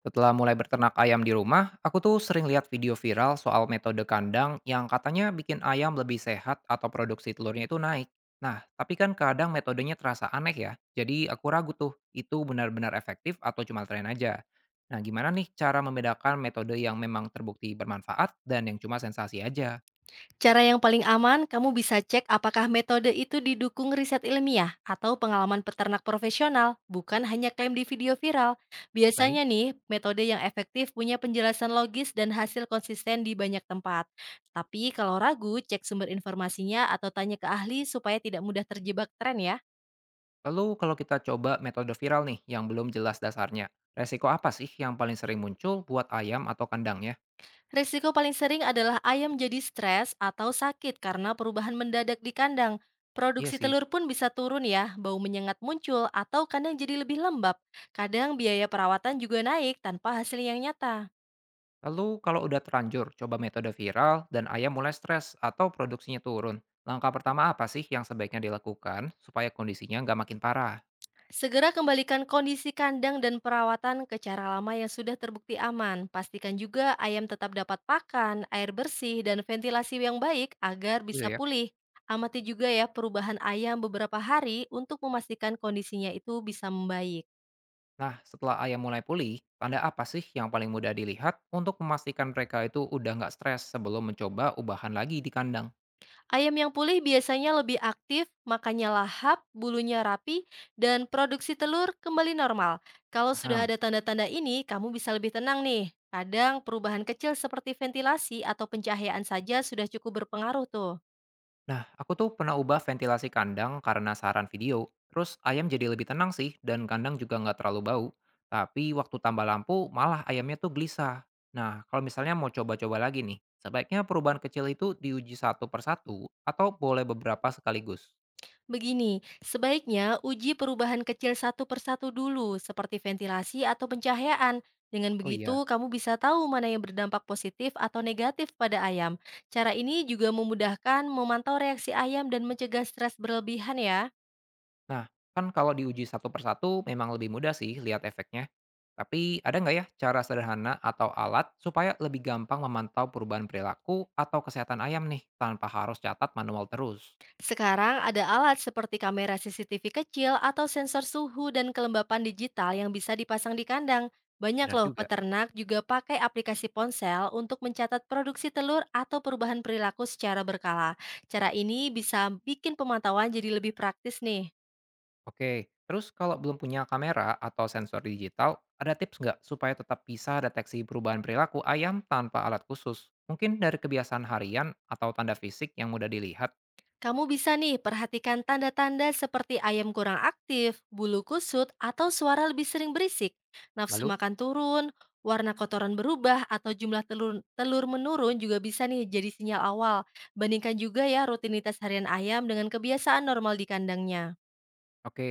Setelah mulai berternak ayam di rumah, aku tuh sering lihat video viral soal metode kandang yang katanya bikin ayam lebih sehat atau produksi telurnya itu naik. Nah, tapi kan kadang metodenya terasa aneh ya. Jadi aku ragu tuh, itu benar-benar efektif atau cuma tren aja. Nah, gimana nih cara membedakan metode yang memang terbukti bermanfaat dan yang cuma sensasi aja? Cara yang paling aman, kamu bisa cek apakah metode itu didukung riset ilmiah atau pengalaman peternak profesional, bukan hanya klaim di video viral. Baik, Biasanya nih, metode yang efektif punya penjelasan logis dan hasil konsisten di banyak tempat. Tapi kalau ragu, cek sumber informasinya atau tanya ke ahli supaya tidak mudah terjebak tren ya. lalu kalau kita coba metode viral nih yang belum jelas dasarnya, resiko apa sih yang paling sering muncul buat ayam atau kandangnya? Risiko paling sering adalah ayam jadi stres atau sakit karena perubahan mendadak di kandang. Iya Produksi sih. telur pun bisa turun ya, bau menyengat muncul atau kandang jadi lebih lembab. Kadang biaya perawatan juga naik tanpa hasil yang nyata. Lalu kalau udah terlanjur coba metode viral dan ayam mulai stres atau produksinya turun, langkah pertama apa sih yang sebaiknya dilakukan supaya kondisinya nggak makin parah? Segera kembalikan kondisi kandang dan perawatan ke cara lama yang sudah terbukti aman. Pastikan juga ayam tetap dapat pakan, air bersih, dan ventilasi yang baik agar Gitu bisa ya. pulih. Amati juga ya perubahan ayam beberapa hari untuk memastikan kondisinya itu bisa membaik. Nah, setelah ayam mulai pulih, tanda apa sih yang paling mudah dilihat untuk memastikan mereka itu udah nggak stres sebelum mencoba ubahan lagi di kandang? Ayam yang pulih biasanya lebih aktif, makannya lahap, bulunya rapi, dan produksi telur kembali normal. Kalau sudah Paham? ada tanda-tanda ini, kamu bisa lebih tenang nih. Kadang perubahan kecil seperti ventilasi atau pencahayaan saja sudah cukup berpengaruh tuh. Nah, aku tuh pernah ubah ventilasi kandang karena saran video. Terus ayam jadi lebih tenang sih, dan kandang juga nggak terlalu bau. Tapi waktu tambah lampu, malah ayamnya tuh gelisah. Nah, kalau misalnya mau coba-coba lagi nih, sebaiknya perubahan kecil itu diuji satu persatu atau boleh beberapa sekaligus. Begini, sebaiknya uji perubahan kecil satu persatu dulu, seperti ventilasi atau pencahayaan. Dengan Oh iya. begitu, kamu bisa tahu mana yang berdampak positif atau negatif pada ayam. Cara ini juga memudahkan memantau reaksi ayam dan mencegah stres berlebihan ya. Nah, kan kalau diuji satu persatu memang lebih mudah sih lihat efeknya. Tapi ada nggak ya cara sederhana atau alat supaya lebih gampang memantau perubahan perilaku atau kesehatan ayam nih tanpa harus catat manual terus? Sekarang ada alat seperti kamera CCTV kecil atau sensor suhu dan kelembapan digital yang bisa dipasang di kandang. Banyak Benar loh juga. peternak juga pakai aplikasi ponsel untuk mencatat produksi telur atau perubahan perilaku secara berkala. Cara ini bisa bikin pemantauan jadi lebih praktis nih. Oke, terus kalau belum punya kamera atau sensor digital, ada tips nggak supaya tetap bisa deteksi perubahan perilaku ayam tanpa alat khusus? Mungkin dari kebiasaan harian atau tanda fisik yang mudah dilihat. Kamu bisa nih perhatikan tanda-tanda seperti ayam kurang aktif, bulu kusut, atau suara lebih sering berisik, nafsu Lalu, makan turun, warna kotoran berubah, atau jumlah telur menurun juga bisa nih jadi sinyal awal. Bandingkan juga ya rutinitas harian ayam dengan kebiasaan normal di kandangnya. oke.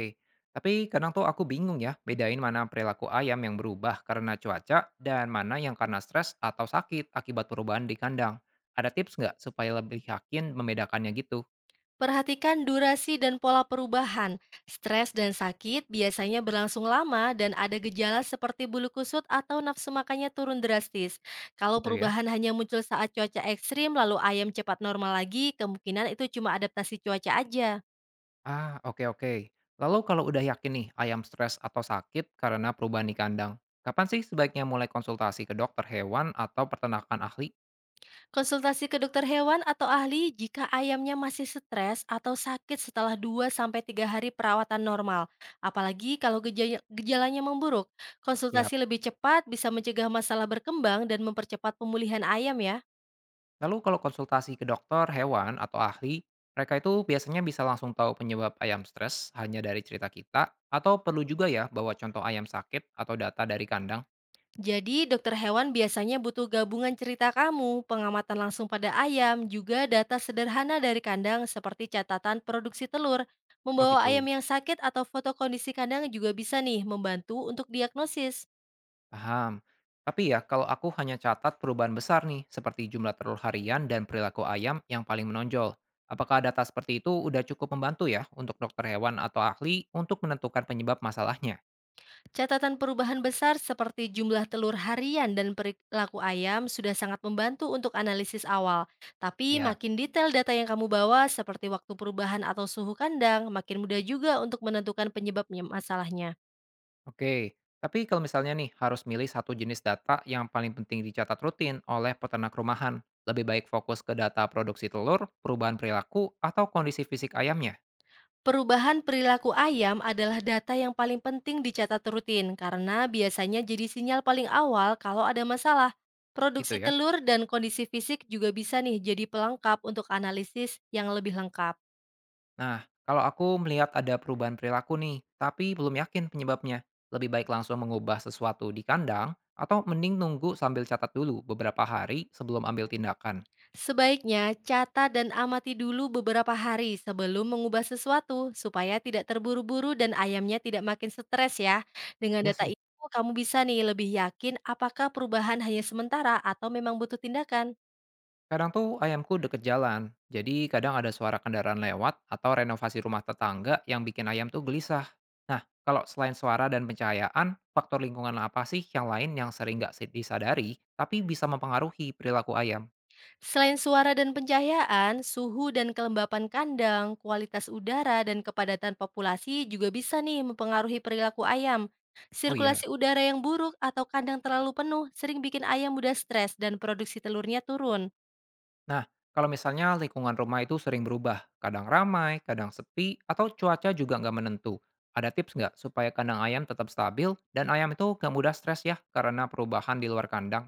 Tapi kadang tuh aku bingung ya, bedain mana perilaku ayam yang berubah karena cuaca dan mana yang karena stres atau sakit akibat perubahan di kandang. Ada tips nggak supaya lebih yakin membedakannya gitu? Perhatikan durasi dan pola perubahan. Stres dan sakit biasanya berlangsung lama dan ada gejala seperti bulu kusut atau nafsu makannya turun drastis. Kalau Gitu ya. perubahan hanya muncul saat cuaca ekstrim lalu ayam cepat normal lagi, kemungkinan itu cuma adaptasi cuaca aja. Ah, oke oke. Lalu kalau udah yakin nih ayam stres atau sakit karena perubahan di kandang, kapan sih sebaiknya mulai konsultasi ke dokter hewan atau peternakan ahli? Konsultasi ke dokter hewan atau ahli jika ayamnya masih stres atau sakit setelah 2 sampai 3 hari perawatan normal. Apalagi kalau gejalanya memburuk. Tiap. Konsultasi lebih cepat bisa mencegah masalah berkembang dan mempercepat pemulihan ayam ya. Lalu kalau konsultasi ke dokter hewan atau ahli, mereka itu biasanya bisa langsung tahu penyebab ayam stres hanya dari cerita kita, atau perlu juga ya bawa contoh ayam sakit atau data dari kandang? Jadi dokter hewan biasanya butuh gabungan cerita kamu, pengamatan langsung pada ayam, juga data sederhana dari kandang seperti catatan produksi telur. Oh Membawa ayam gitu. yang sakit atau foto kondisi kandang juga bisa nih membantu untuk diagnosis. Paham. Tapi ya, kalau aku hanya catat perubahan besar nih, seperti jumlah telur harian dan perilaku ayam yang paling menonjol. Apakah data seperti itu udah cukup membantu ya untuk dokter hewan atau ahli untuk menentukan penyebab masalahnya? Catatan perubahan besar seperti jumlah telur harian dan perilaku ayam sudah sangat membantu untuk analisis awal. Tapi Ya, makin detail data yang kamu bawa seperti waktu perubahan atau suhu kandang, makin mudah juga untuk menentukan penyebabnya masalahnya. oke. Tapi kalau misalnya nih harus milih satu jenis data yang paling penting dicatat rutin oleh peternak rumahan, lebih baik fokus ke data produksi telur, perubahan perilaku, atau kondisi fisik ayamnya, Perubahan perilaku ayam adalah data yang paling penting dicatat rutin karena biasanya jadi sinyal paling awal kalau ada masalah. gitu Produksi ya. telur dan kondisi fisik juga bisa nih jadi pelengkap untuk analisis yang lebih lengkap. Nah, kalau aku melihat ada perubahan perilaku nih, tapi belum yakin penyebabnya, lebih baik langsung mengubah sesuatu di kandang atau mending nunggu sambil catat dulu beberapa hari sebelum ambil tindakan. Sebaiknya catat dan amati dulu beberapa hari sebelum mengubah sesuatu supaya tidak terburu-buru dan ayamnya tidak makin stres ya. Dengan Ya data sih. itu kamu bisa nih lebih yakin apakah perubahan hanya sementara atau memang butuh tindakan. Kadang tuh ayamku deket jalan, jadi kadang ada suara kendaraan lewat atau renovasi rumah tetangga yang bikin ayam tuh gelisah. Nah, kalau selain suara dan pencahayaan, faktor lingkungan apa sih yang lain yang sering nggak disadari tapi bisa mempengaruhi perilaku ayam? Selain suara dan pencahayaan, suhu dan kelembapan kandang, kualitas udara dan kepadatan populasi juga bisa nih mempengaruhi perilaku ayam. Oh iya. Sirkulasi udara yang buruk atau kandang terlalu penuh sering bikin ayam mudah stres dan produksi telurnya turun. Nah, kalau misalnya lingkungan rumah itu sering berubah, kadang ramai, kadang sepi, atau cuaca juga nggak menentu, ada tips nggak supaya kandang ayam tetap stabil dan ayam itu nggak mudah stres ya karena perubahan di luar kandang?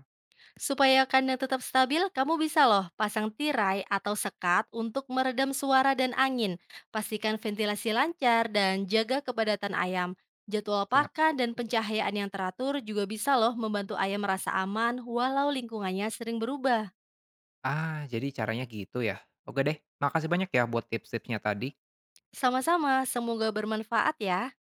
Supaya kandang tetap stabil, kamu bisa loh pasang tirai atau sekat untuk meredam suara dan angin. Pastikan ventilasi lancar dan jaga kepadatan ayam. Jadwal Siap. pakan dan pencahayaan yang teratur juga bisa loh membantu ayam merasa aman walau lingkungannya sering berubah. Ah, jadi caranya gitu ya. Oke deh, makasih banyak ya buat tips-tipsnya tadi. Sama-sama, semoga bermanfaat ya.